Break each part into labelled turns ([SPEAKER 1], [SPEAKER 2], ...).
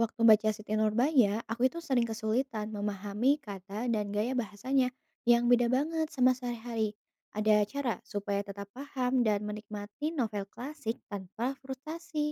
[SPEAKER 1] Waktu baca Siti Nurbaya, aku itu sering kesulitan memahami kata dan gaya bahasanya yang beda banget sama sehari-hari. Ada cara supaya tetap paham dan menikmati novel klasik tanpa frustasi.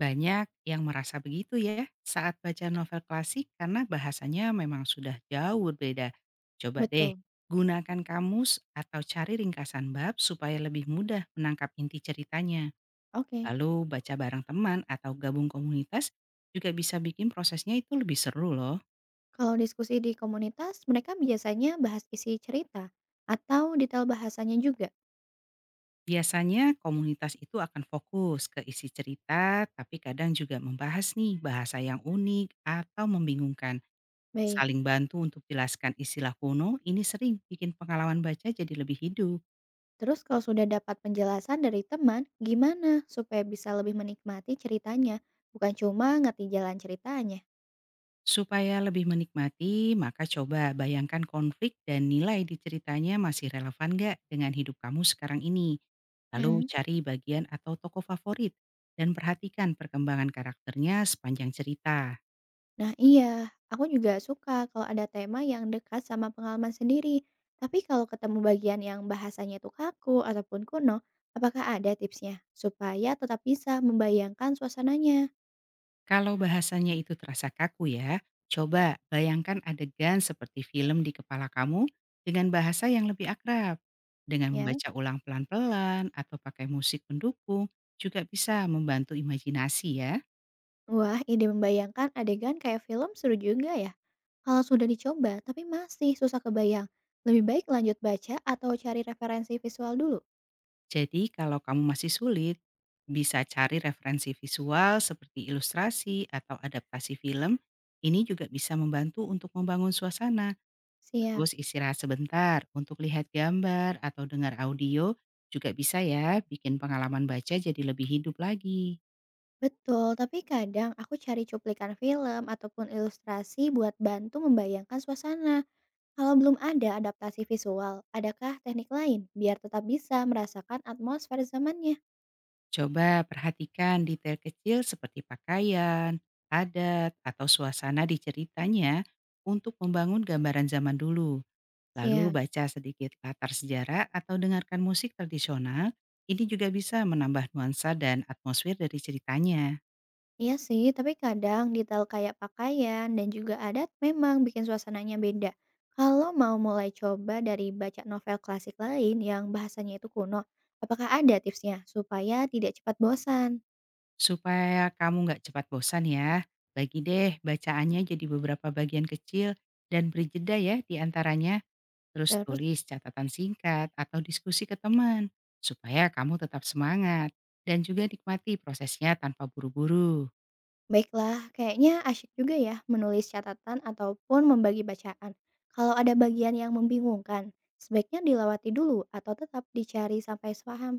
[SPEAKER 2] Banyak yang merasa begitu ya saat baca novel klasik karena bahasanya memang sudah jauh berbeda. Coba deh,
[SPEAKER 1] Betul.
[SPEAKER 2] gunakan kamus atau cari ringkasan bab supaya lebih mudah menangkap inti ceritanya.
[SPEAKER 1] Oke.
[SPEAKER 2] Lalu baca bareng teman atau gabung komunitas juga bisa bikin prosesnya itu lebih seru loh.
[SPEAKER 1] Kalau diskusi di komunitas, mereka biasanya bahas isi cerita atau detail bahasanya juga.
[SPEAKER 2] Biasanya komunitas itu akan fokus ke isi cerita, tapi kadang juga membahas nih bahasa yang unik atau membingungkan.
[SPEAKER 1] Baik.
[SPEAKER 2] Saling bantu untuk jelaskan istilah kuno ini sering bikin pengalaman baca jadi lebih hidup.
[SPEAKER 1] Terus kalau sudah dapat penjelasan dari teman, gimana supaya bisa lebih menikmati ceritanya, bukan cuma ngerti jalan ceritanya?
[SPEAKER 2] Supaya lebih menikmati, maka coba bayangkan konflik dan nilai di ceritanya masih relevan gak dengan hidup kamu sekarang ini. Lalu
[SPEAKER 1] Mm-mm.
[SPEAKER 2] cari bagian atau tokoh favorit dan perhatikan perkembangan karakternya sepanjang cerita.
[SPEAKER 1] Nah iya, aku juga suka kalau ada tema yang dekat sama pengalaman sendiri. Tapi kalau ketemu bagian yang bahasanya itu kaku ataupun kuno, apakah ada tipsnya supaya tetap bisa membayangkan suasananya?
[SPEAKER 2] Kalau bahasanya itu terasa kaku ya, coba bayangkan adegan seperti film di kepala kamu dengan bahasa yang lebih akrab. Dengan
[SPEAKER 1] Ya,
[SPEAKER 2] membaca ulang pelan-pelan atau pakai musik pendukung juga bisa membantu imajinasi ya.
[SPEAKER 1] wah ide membayangkan adegan kayak film seru juga ya. Kalau sudah dicoba tapi masih susah kebayang, lebih baik lanjut baca atau cari referensi visual dulu.
[SPEAKER 2] Jadi kalau kamu masih sulit, bisa cari referensi visual seperti ilustrasi atau adaptasi film. Ini juga bisa membantu untuk membangun suasana.
[SPEAKER 1] Siap.
[SPEAKER 2] Terus istirahat sebentar untuk lihat gambar atau dengar audio juga bisa ya bikin pengalaman baca jadi lebih hidup lagi.
[SPEAKER 1] Betul, tapi kadang aku cari cuplikan film ataupun ilustrasi buat bantu membayangkan suasana. Kalau belum ada adaptasi visual, adakah teknik lain biar tetap bisa merasakan atmosfer zamannya?
[SPEAKER 2] Coba perhatikan detail kecil seperti pakaian, adat, atau suasana di ceritanya untuk membangun gambaran zaman dulu. Lalu
[SPEAKER 1] Siap.
[SPEAKER 2] baca sedikit latar sejarah atau dengarkan musik tradisional, ini juga bisa menambah nuansa dan atmosfer dari ceritanya.
[SPEAKER 1] Iya sih, tapi kadang detail kayak pakaian dan juga adat memang bikin suasananya beda. Kalau mau mulai coba dari baca novel klasik lain yang bahasanya itu kuno, apakah ada tipsnya supaya tidak cepat bosan?
[SPEAKER 2] Supaya kamu nggak cepat bosan ya, bagi deh bacaannya jadi beberapa bagian kecil dan beri jeda ya di antaranya. Terus
[SPEAKER 1] Terus.
[SPEAKER 2] tulis catatan singkat atau diskusi ke teman, supaya kamu tetap semangat dan juga nikmati prosesnya tanpa buru-buru.
[SPEAKER 1] Baiklah, kayaknya asyik juga ya menulis catatan ataupun membagi bacaan. Kalau ada bagian yang membingungkan, sebaiknya dilewati dulu atau tetap dicari sampai sepaham.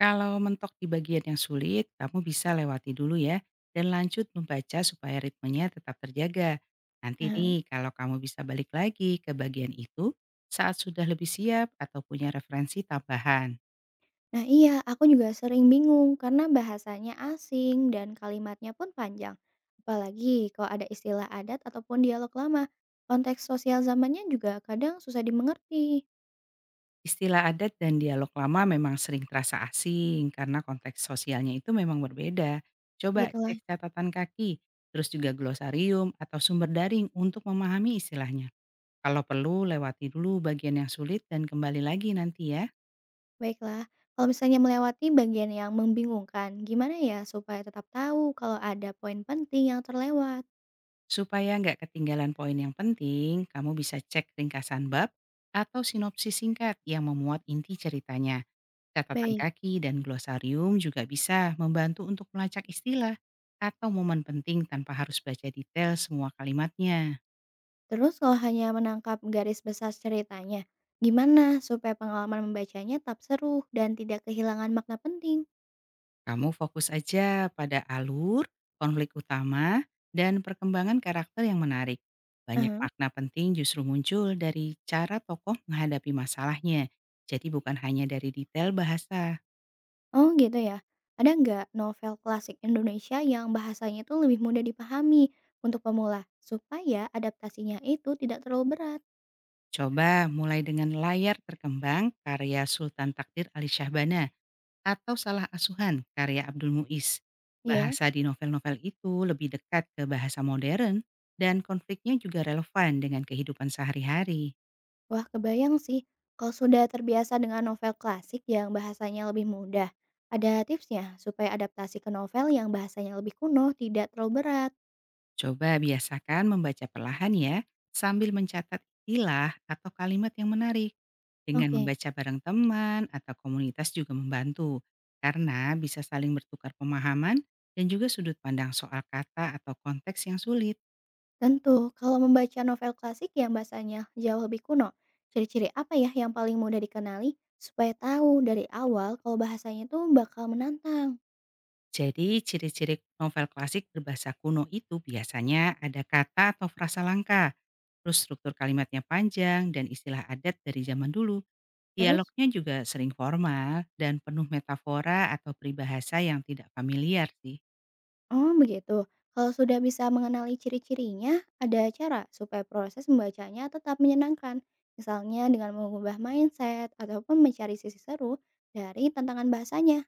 [SPEAKER 2] Kalau mentok di bagian yang sulit, kamu bisa lewati dulu ya dan lanjut membaca supaya ritmenya tetap terjaga. Nanti
[SPEAKER 1] Nah,
[SPEAKER 2] nih kalau kamu bisa balik lagi ke bagian itu saat sudah lebih siap atau punya referensi tambahan.
[SPEAKER 1] nah iya, aku juga sering bingung karena bahasanya asing dan kalimatnya pun panjang. Apalagi kalau ada istilah adat ataupun dialog lama, konteks sosial zamannya juga kadang susah dimengerti.
[SPEAKER 2] Istilah adat dan dialog lama memang sering terasa asing karena konteks sosialnya itu memang berbeda. Coba
[SPEAKER 1] Gitu.
[SPEAKER 2] cek catatan kaki, terus juga glosarium atau sumber daring untuk memahami istilahnya. Kalau perlu, lewati dulu bagian yang sulit dan kembali lagi nanti ya.
[SPEAKER 1] Baiklah, kalau misalnya melewati bagian yang membingungkan, gimana ya supaya tetap tahu kalau ada poin penting yang terlewat?
[SPEAKER 2] Supaya nggak ketinggalan poin yang penting, kamu bisa cek ringkasan bab atau sinopsis singkat yang memuat inti ceritanya. Catatan
[SPEAKER 1] Baik,
[SPEAKER 2] kaki dan glosarium juga bisa membantu untuk melacak istilah atau momen penting tanpa harus baca detail semua kalimatnya.
[SPEAKER 1] terus kalau hanya menangkap garis besar ceritanya, gimana supaya pengalaman membacanya tetap seru dan tidak kehilangan makna penting?
[SPEAKER 2] Kamu fokus aja pada alur, konflik utama, dan perkembangan karakter yang menarik. Banyak
[SPEAKER 1] Aha.
[SPEAKER 2] makna penting justru muncul dari cara tokoh menghadapi masalahnya. Jadi bukan hanya dari detail bahasa.
[SPEAKER 1] Oh gitu ya, ada nggak novel klasik Indonesia yang bahasanya itu lebih mudah dipahami untuk pemula, supaya adaptasinya itu tidak terlalu berat?
[SPEAKER 2] Coba mulai dengan layar terkembang karya Sultan Takdir Ali Syahbana. Atau Salah Asuhan karya Abdul Muiz.
[SPEAKER 1] Ya.
[SPEAKER 2] Bahasa di novel-novel itu lebih dekat ke bahasa modern dan konfliknya juga relevan dengan kehidupan sehari-hari.
[SPEAKER 1] Wah, kebayang sih. Kalau sudah terbiasa dengan novel klasik yang bahasanya lebih mudah, ada tipsnya supaya adaptasi ke novel yang bahasanya lebih kuno tidak terlalu berat.
[SPEAKER 2] Coba biasakan membaca perlahan ya, sambil mencatat istilah atau kalimat yang menarik. Dengan
[SPEAKER 1] Oke,
[SPEAKER 2] membaca bareng teman atau komunitas juga membantu, karena bisa saling bertukar pemahaman dan juga sudut pandang soal kata atau konteks yang sulit.
[SPEAKER 1] tentu kalau membaca novel klasik yang bahasanya jauh lebih kuno, ciri-ciri apa ya yang paling mudah dikenali supaya tahu dari awal kalau bahasanya itu bakal menantang.
[SPEAKER 2] Jadi, ciri-ciri novel klasik berbahasa kuno itu biasanya ada kata atau frasa langka, terus struktur kalimatnya panjang dan istilah adat dari zaman dulu.
[SPEAKER 1] Terus.
[SPEAKER 2] Dialognya juga sering formal dan penuh metafora atau peribahasa yang tidak familiar sih.
[SPEAKER 1] Oh, begitu. Kalau sudah bisa mengenali ciri-cirinya, ada cara supaya proses membacanya tetap menyenangkan. Misalnya dengan mengubah mindset ataupun mencari sisi seru dari tantangan bahasanya.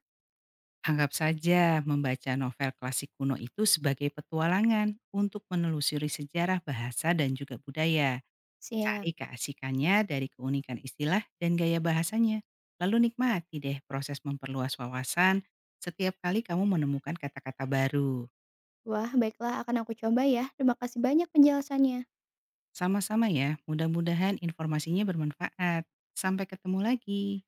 [SPEAKER 2] Anggap saja membaca novel klasik kuno itu sebagai petualangan untuk menelusuri sejarah bahasa dan juga budaya.
[SPEAKER 1] Siap.
[SPEAKER 2] Cari keasikannya dari keunikan istilah dan gaya bahasanya. Lalu nikmati deh proses memperluas wawasan setiap kali kamu menemukan kata-kata baru.
[SPEAKER 1] Wah, baiklah akan aku coba ya. Terima kasih banyak penjelasannya.
[SPEAKER 2] Sama-sama ya, mudah-mudahan informasinya bermanfaat. Sampai ketemu lagi.